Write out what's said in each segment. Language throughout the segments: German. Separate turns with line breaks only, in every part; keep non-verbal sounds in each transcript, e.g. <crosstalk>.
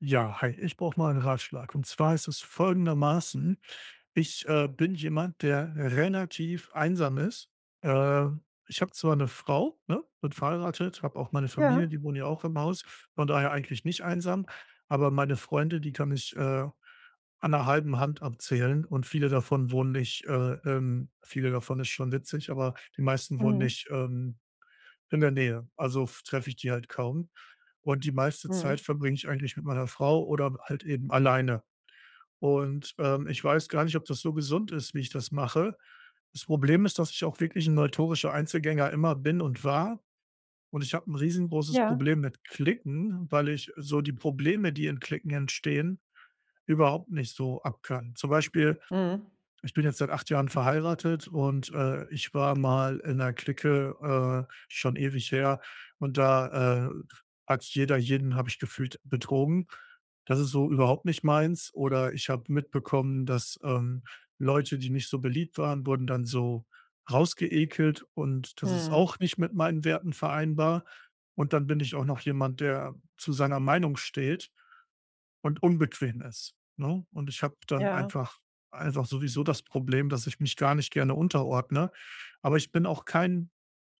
Ja, hi, ich brauche mal einen Ratschlag. Und zwar ist es folgendermaßen: Ich bin jemand, der relativ einsam ist. Äh, Ich habe zwar eine Frau, ne, bin verheiratet, habe auch meine Familie,
Ja,
die wohnen ja auch im Haus, von daher eigentlich nicht einsam, aber meine Freunde, die kann ich an der halben Hand abzählen und viele davon wohnen nicht, viele davon ist schon witzig, aber die meisten wohnen
mhm,
nicht in der Nähe, also f treffe ich die halt kaum. Und die meiste Zeit
mhm,
verbringe ich eigentlich mit meiner Frau oder halt eben alleine. Und ich weiß gar nicht, ob das so gesund ist, wie ich das mache. Das Problem ist, dass ich auch wirklich ein notorischer Einzelgänger immer bin und war. Und ich habe ein riesengroßes
ja,
Problem mit Klicken, weil ich so die Probleme, die in Klicken entstehen, überhaupt nicht so ab. Zum Beispiel,
mhm,
ich bin jetzt seit 8 Jahren verheiratet und ich war mal in 'ner Clique, schon ewig her, und da hat jeder jeden, habe ich gefühlt, betrogen. Das ist so überhaupt nicht meins. Oder ich habe mitbekommen, dass Leute, die nicht so beliebt waren, wurden dann so rausgeekelt, und das ist
mhm,
auch nicht mit meinen Werten vereinbar. Und dann bin ich auch noch jemand, der zu seiner Meinung steht und unbequem ist, ne? Und ich habe dann
ja,
einfach sowieso das Problem, dass ich mich gar nicht gerne unterordne. Aber ich bin auch kein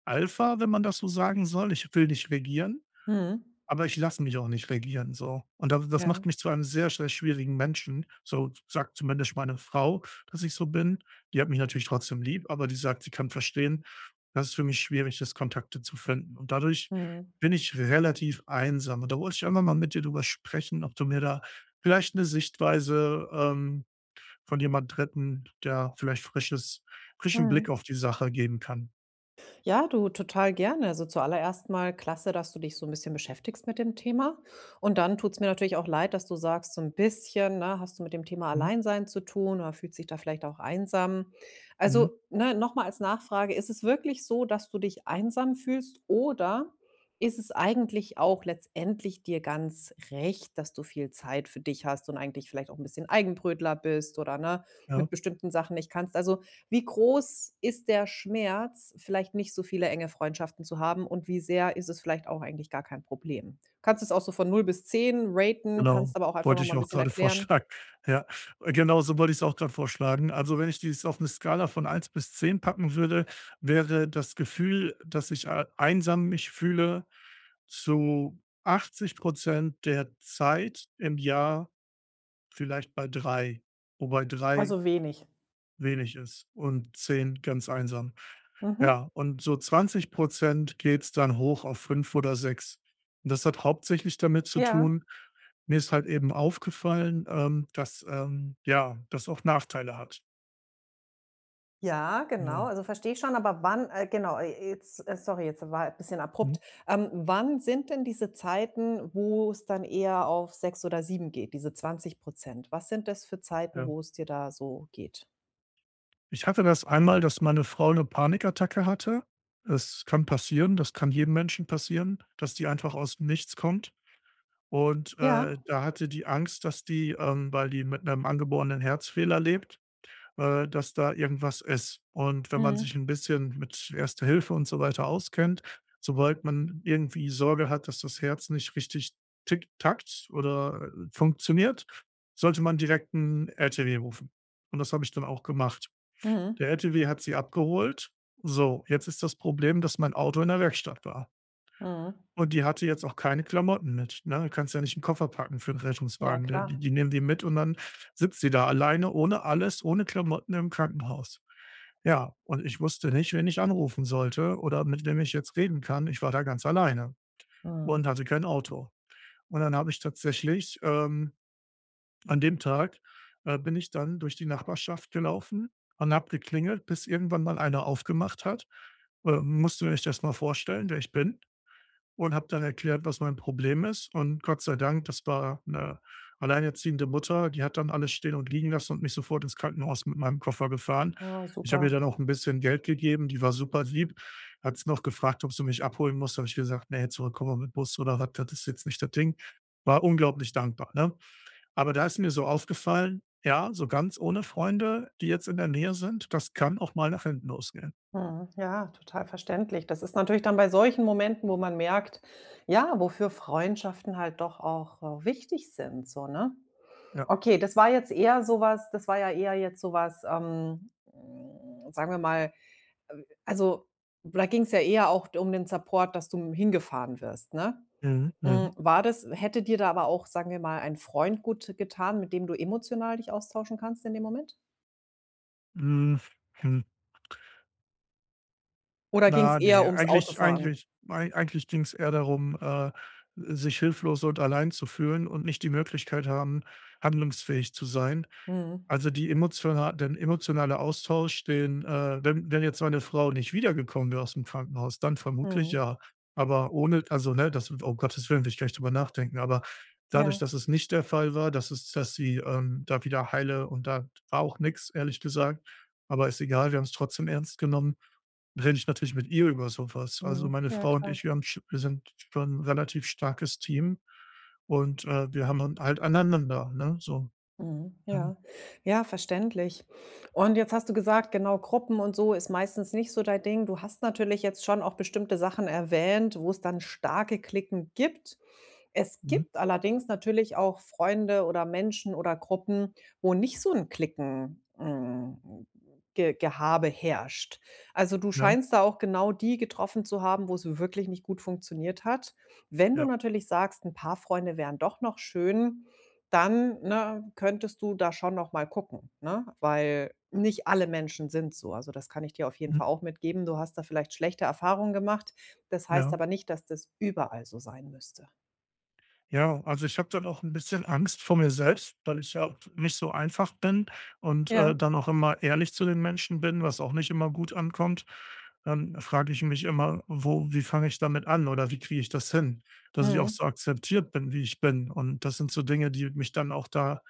Alpha, wenn man das so sagen soll. Ich will nicht regieren.
mhm,
Aber ich lasse mich auch nicht regieren, so. Und das macht
ja,
mich zu einem sehr, sehr schwierigen Menschen. So sagt zumindest meine Frau, dass ich so bin. Die hat mich natürlich trotzdem lieb, aber die sagt, sie kann verstehen, dass es für mich schwierig ist, Kontakte zu finden. Und dadurch
mhm,
bin ich relativ einsam. Und da wollte ich einfach mal mit dir drüber sprechen, ob du mir da vielleicht eine Sichtweise von jemand Dritten, der vielleicht frisches frischen
mhm.
Blick auf die Sache geben kann.
Ja, du, total gerne. Also zuallererst mal klasse, dass du dich so ein bisschen beschäftigst mit dem Thema. Und dann tut's mir natürlich auch leid, dass du sagst, so ein bisschen, ne, hast du mit dem Thema
Mhm,
Alleinsein zu tun oder fühlt sich da vielleicht auch einsam.
mhm,
Also, ne, noch als Nachfrage, ist es wirklich so, dass du dich einsam fühlst oder ist es eigentlich auch letztendlich dir ganz recht, dass du viel Zeit für dich hast und eigentlich vielleicht auch ein bisschen Eigenbrötler bist oder, ne,
ja.
mit bestimmten Sachen nicht kannst? Also wie groß ist der Schmerz, vielleicht nicht so viele enge Freundschaften zu haben und wie sehr ist es vielleicht auch eigentlich gar kein Problem? Kannst es auch so von 0 bis 10 raten,
Genau,
kannst aber auch einfach
wollte
noch mal
ich
'n
auch
bisschen
gerade
erklären.
vorschlagen. <laughs> Ja, genau so wollte ich es auch gerade vorschlagen. Also, wenn ich dies auf eine Skala von 1 bis 10 packen würde, wäre das Gefühl, dass ich ei einsam mich fühle, zu 80% der Zeit im Jahr vielleicht bei 3, wobei drei
Also wenig.
wenig ist und 10 ganz einsam.
Mhm.
Ja, und so 20 geht's dann hoch auf 5 oder sechs. Und das hat hauptsächlich damit zu
Ja,
tun, mir ist halt eben aufgefallen dass ja, das auch Nachteile hat.
ja, genau.
Ja.
Also, verstehe ich schon, aber wann genau, jetzt sorry, jetzt war bisschen
Mhm.
abrupt. Wann sind denn diese Zeiten, wo's dann eher auf 6 oder 7 geht, diese 20%? Was sind das für Zeiten,
Ja.
wo's dir da so geht?
Ich hatte das einmal, dass meine Frau eine Panikattacke hatte. Das kann passieren, das kann jedem Menschen passieren, dass die einfach aus dem Nichts kommt. Und
Ja.
da hatte die Angst, dass die weil die mit einem angeborenen Herzfehler lebt, dass da irgendwas ist. Und wenn man
Mhm.
sich ein bisschen mit Erster Hilfe und so weiter auskennt, sobald man irgendwie Sorge hat, dass das Herz nicht richtig tickt, takt oder funktioniert, sollte man direkt einen RTW rufen. Und das habe ich dann auch gemacht.
Mhm.
Der RTW hat sie abgeholt. So, jetzt ist das Problem, dass mein Auto in der Werkstatt war.
Mhm.
Und die hatte jetzt auch keine Klamotten mit, ne? Du kannst ja nicht einen Koffer packen für einen
Ja,
Rettungswagen. Ne,
klar.
die nehmen die mit, und dann sitzt sie da alleine, ohne alles, ohne Klamotten im Krankenhaus. Ja, und ich wusste nicht, wen ich anrufen sollte oder mit wem ich jetzt reden kann. Ich war da ganz alleine
Mhm.
und hatte kein Auto. Und dann habe ich tatsächlich, an dem Tag, bin ich dann durch die Nachbarschaft gelaufen und habe geklingelt, bis irgendwann mal einer aufgemacht hat. Musst du dir echt mal vorstellen, wer ich bin, und habe dann erklärt, was mein Problem ist. Und Gott sei Dank, das war eine alleinerziehende Mutter, die hat dann alles stehen und liegen lassen und mich sofort ins Krankenhaus mit meinem Koffer gefahren.
Oh,
Ich habe
super.
ihr dann auch ein bisschen Geld gegeben, die war super lieb, hat sie noch gefragt, ob sie mich abholen muss. Habe ich gesagt: „Nee, zurückkommen wir mit Bus oder was, das ist jetzt nicht das Ding.“ War unglaublich dankbar, ne? Aber da ist mir so aufgefallen, ja, so ganz ohne Freunde, die jetzt in der Nähe sind, das kann auch mal nach hinten losgehen.
Mhm. Ja, total verständlich. Das ist natürlich dann bei solchen Momenten, wo man merkt, ja, wofür Freundschaften halt doch auch, wichtig sind, so, ne?
Ja.
Okay, das war jetzt eher so was das war ja eher jetzt so was, hm, sagen wir mal, also, da ging es ja eher auch um den Support, dass du hingefahren wirst, ne?
Mhm,
Hm, war das hätte dir da aber auch, sagen wir mal, ein Freund gut getan, mit dem du emotional dich austauschen kannst in dem Moment?
mhm. Hm.
Oder ging es
Na,
eher
ne,
ums Autofahren?
eigentlich ging es eher darum sich hilflos und allein zu fühlen und nicht die Möglichkeit haben, handlungsfähig zu sein.
Mhm.
Also, die emotio der emotionale Austausch, den, wenn jetzt meine Frau nicht wiedergekommen wäre aus dem Krankenhaus, dann vermutlich
Mhm.
ja. Aber ohne, also, ne, das um Gottes Willen will ich gleich drüber nachdenken, aber dadurch,
Ja.
dass es nicht der Fall war, dass es, dass sie da wieder heile und da war auch nix, ehrlich gesagt, aber ist egal, wir haben es trotzdem ernst genommen, rede ich natürlich mit ihr über sowas. Also,
Mhm.
meine
Ja,
Frau und
klar.
ich, wir sind schon 'n relativ starkes Team, und wir haben halt aneinander, ne, so.
Mhm.
Ja.
Ja. Ja, verständlich. Und jetzt hast du gesagt, genau, Gruppen und so ist meistens nicht so dein Ding. Du hast natürlich jetzt schon auch bestimmte Sachen erwähnt, wo es dann starke Klicken gibt. Es
Mhm.
gibt allerdings natürlich auch Freunde oder Menschen oder Gruppen, wo nicht so ein Klicken Ge Gehabe herrscht. Also, du
Ja.
scheinst da auch genau die getroffen zu haben, wo es wirklich nicht gut funktioniert hat. Wenn du
Ja.
natürlich sagst, ein paar Freunde wären doch noch schön, dann, ne, könntest du da schon noch mal gucken, ne? Weil nicht alle Menschen sind so. Also, das kann ich dir auf jeden
Mhm.
Fall auch mitgeben. Du hast da vielleicht schlechte Erfahrungen gemacht. Das heißt
Ja.
aber nicht, dass das überall so sein müsste.
Ja, also ich habe dann auch ein bisschen Angst vor mir selbst, weil ich ja nicht so einfach bin und
Ja.
dann auch immer ehrlich zu den Menschen bin, was auch nicht immer gut ankommt. Dann frage ich mich immer: „Wo Wie fange ich damit an oder wie kriege ich das hin, dass ich auch
Mhm.
so akzeptiert bin, wie ich bin?“ Und das sind so Dinge, die mich dann auch da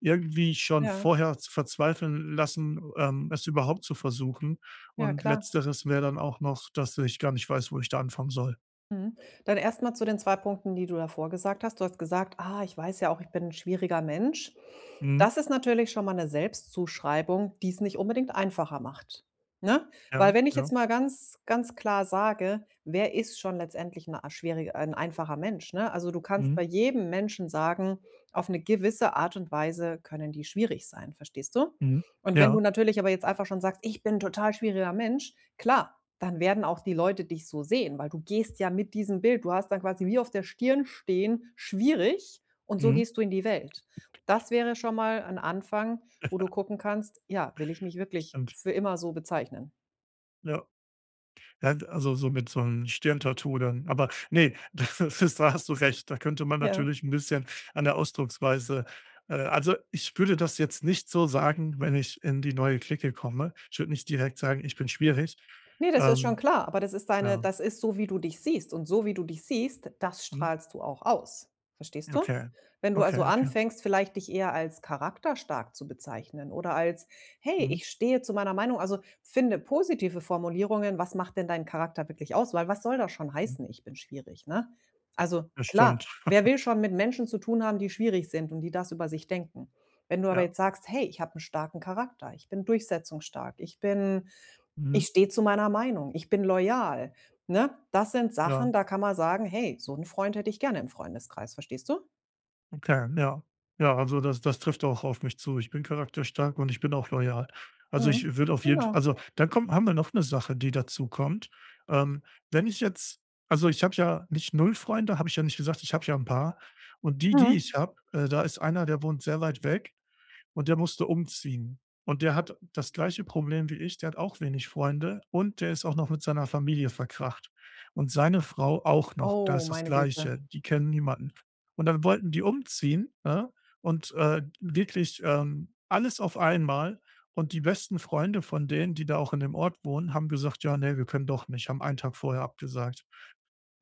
irgendwie schon
Ja,
vorher verzweifeln lassen es überhaupt zu versuchen.
ja
Und
klar.
Letzteres wäre dann auch noch, dass ich gar nicht weiß, wo ich da anfangen soll.
Mhm. Dann erstmal zu den 2 Punkten, die du davor gesagt hast. Du hast gesagt: „Ah, ich weiß ja auch, ich bin ein schwieriger Mensch.“
Mhm.
Das ist natürlich schon mal eine Selbstzuschreibung, die es nicht unbedingt einfacher macht, ne? Weil
Ja,
wenn ich
ja.
jetzt mal ganz, ganz klar sage, wer ist schon letztendlich ein a schwierig einfacher Mensch, ne? Also, du kannst
Mhm.
bei jedem Menschen sagen, auf eine gewisse Art und Weise können die schwierig sein, verstehst du?
Mhm.
Und wenn du
Ja.
natürlich aber jetzt einfach schon sagst: „Ich bin 'n total schwieriger Mensch“, klar, dann werden auch die Leute dich so sehen, weil du gehst ja mit diesem Bild. Du hast dann quasi wie auf der Stirn stehen: „Schwierig“ und so
Mhm,
gehst du in die Welt. Das wäre schon mal ein Anfang, wo du gucken kannst: „Ja, will ich mich wirklich
stimmt.
für immer so bezeichnen?“
Ja. Ja, also, so mit so 'nem Stirntattoo dann. Aber nee, <laughs> das ist, da hast du recht. Da könnte man
Ja.
natürlich ein bisschen an der Ausdrucksweise also, ich würde das jetzt nicht so sagen, wenn ich in die neue Clique komme. Ich würde nicht direkt sagen: „Ich bin schwierig.“
Ne, das ist schon
Ähm,
klar, aber das ist deine
ja.
das ist so, wie du dich siehst und so, wie du dich siehst, das
Mhm.
strahlst du auch aus. Verstehst du?
Okay.
Wenn du
Okay,
also
okay.
anfängst, vielleicht dich eher als charakterstark zu bezeichnen oder als: „Hey,
Mhm.
ich stehe zu meiner Meinung.“ Also, finde positive Formulierungen. Was macht denn deinen Charakter wirklich aus? Weil was soll das schon
Mhm.
heißen: „Ich bin schwierig“, ne? Also,
Das
klar,
stimmt.
wer will schon mit Menschen zu tun haben, die schwierig sind und die das über sich denken? Wenn du aber
Ja.
jetzt sagst: „Hey, ich habe einen starken Charakter. Ich bin durchsetzungsstark. Ich bin“
Mhm.
ich stehe zu meiner Meinung, ich bin loyal, ne? Das sind Sachen,
Ja.
da kann man sagen: „Hey, so einen Freund hätte ich gerne im Freundeskreis“, verstehst du?
Okay, ja. Ja, also das trifft auch auf mich zu. Ich bin charakterstark und ich bin auch loyal. Also,
Mhm,
ich würde auf jeden F
genau.
also, dann kommt, haben wir noch eine Sache, die dazukommt. Ähm, Wenn ich jetzt, also, ich habe ja nicht null Freunde, habe ich ja nicht gesagt, ich habe ja ein paar. Und die, die ich
Mhm.
habe, da ist einer, der wohnt sehr weit weg und der musste umziehen. Und der hat das gleiche Problem wie ich, der hat auch wenig Freunde und der ist auch noch mit seiner Familie verkracht. Und seine Frau auch noch, da
Oh,
ist das
meine Güte.
Gleiche, die kennen niemanden. Und dann wollten die umziehen, ne? Und wirklich alles auf einmal. Und die besten Freunde von denen, die da auch in dem Ort wohnen, haben gesagt: „Ja, ne, wir können doch nicht“, haben einen Tag vorher abgesagt.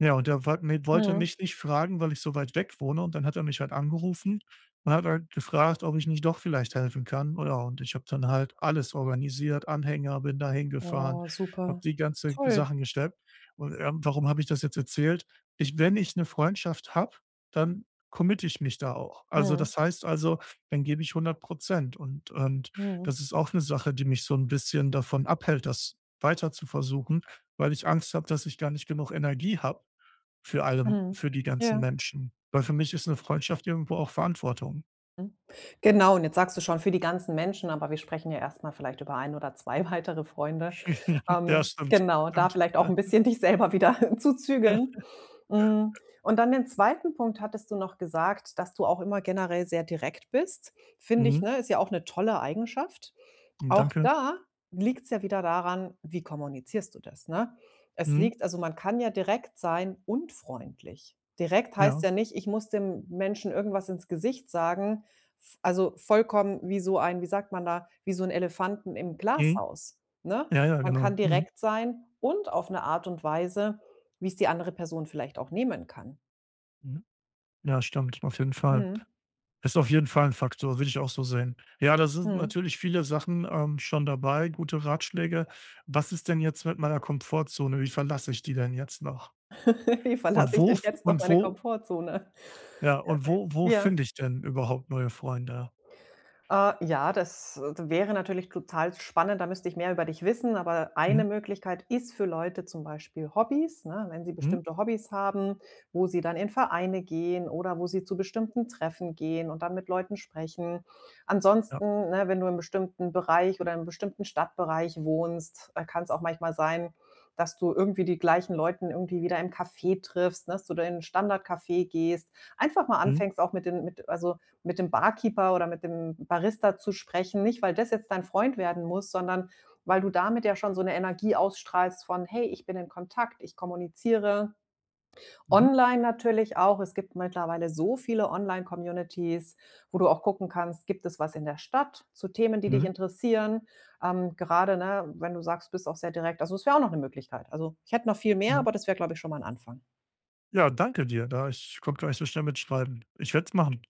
Ja, und er wollt mi wollte
Mhm.
mich nicht fragen, weil ich so weit weg wohne, und dann hat er mich halt angerufen und hat halt gefragt, ob ich nicht doch vielleicht helfen kann. Ja, und ich habe dann halt alles organisiert, Anhänger, bin da hingefahren,
Oh,
habe
super.
die ganze
Toll.
Sachen geschleppt. Und warum habe ich das jetzt erzählt? Ich, wenn ich 'ne Freundschaft habe, dann committe ich mich da auch. Also,
Mhm.
das heißt, also, dann gebe ich 100%, und
Mhm.
das ist auch 'ne Sache, die mich so 'n bisschen davon abhält, das weiter zu versuchen, weil ich Angst habe, dass ich gar nicht genug Energie habe. Für alle,
Mhm.
für die ganzen
Ja.
Menschen. Weil für mich ist 'ne Freundschaft irgendwo auch Verantwortung.
Mhm. Genau, und jetzt sagst du schon für die ganzen Menschen, aber wir sprechen ja erstmal vielleicht über ein oder 2 <laughs> weitere Freunde.
<laughs> Ja, stimmt,
Genau, da
stimmt.
vielleicht auch
Ja.
ein bisschen <laughs> dich selber wieder <laughs> zu
<laughs>
zügeln. Hm, und dann den zweiten Punkt hattest du noch gesagt, dass du auch immer generell sehr direkt bist. Finde ich,
Mhm.
ne, ist ja auch eine tolle Eigenschaft. Auch
Danke.
da liegt es ja wieder daran, wie kommunizierst du das, ne? Es
Mhm.
liegt also, man kann ja direkt sein und freundlich. Direkt heißt
Ja.
ja nicht, ich muss dem Menschen irgendwas ins Gesicht sagen, V also, vollkommen wie so ein wie sagt man da, wie so ein Elefanten im
Mhm.
Glashaus, ne?
Ja, ja,
Man
genau.
kann
Mhm.
direkt sein und auf eine Art und Weise, wie es die andere Person vielleicht auch nehmen kann.
Mhm. Ja, stimmt, auf jeden Fall.
Mhm,
Ist auf jeden Fall 'n Faktor, würde ich auch so sehen. Ja, da sind
mhm.
natürlich viele Sachen schon dabei, gute Ratschläge. Was ist denn jetzt mit meiner Komfortzone? Wie verlasse ich die denn jetzt noch?
<laughs> Wie verlasse
Und
ich
wo
denn
f
jetzt noch
und
meine
wo
Komfortzone?
ja,
Ja,
und wo wo
ja.
finde ich denn überhaupt neue Freunde?
Ja, das wäre natürlich total spannend, da müsste ich mehr über dich wissen, aber
Mhm.
eine Möglichkeit ist für Leute zum Beispiel Hobbys, ne? Wenn sie
Mhm.
bestimmte Hobbys haben, wo sie dann in Vereine gehen oder wo sie zu bestimmten Treffen gehen und dann mit Leuten sprechen.
Ja.
Ansonsten, ne, wenn du in einem bestimmten Bereich oder in einem bestimmten Stadtbereich wohnst, kann es auch manchmal sein, dass du irgendwie die gleichen Leuten irgendwie wieder im Café triffst, ne, dass du da in 'n Standardcafé gehst. Einfach mal
Mhm.
anfängst auch mit den mit also, mit dem Barkeeper oder mit dem Barista zu sprechen, nicht weil das jetzt dein Freund werden muss, sondern weil du damit ja schon so eine Energie ausstrahlst von: „Hey, ich bin in Kontakt, ich kommuniziere.“
Mhm.
Online natürlich auch. Es gibt mittlerweile so viele Online-Communities, wo du auch gucken kannst, gibt es was in der Stadt zu Themen, die dich
Mhm,
interessieren? Gerade, ne, wenn du sagst, du bist auch sehr direkt. Also, es wäre auch noch eine Möglichkeit. Also, ich hätte noch viel mehr,
ja.
aber das wäre, glaube ich, schon mal ein Anfang.
Ja, danke dir, da ich konnte gar nicht so schnell mitschreiben. Ich werde es machen.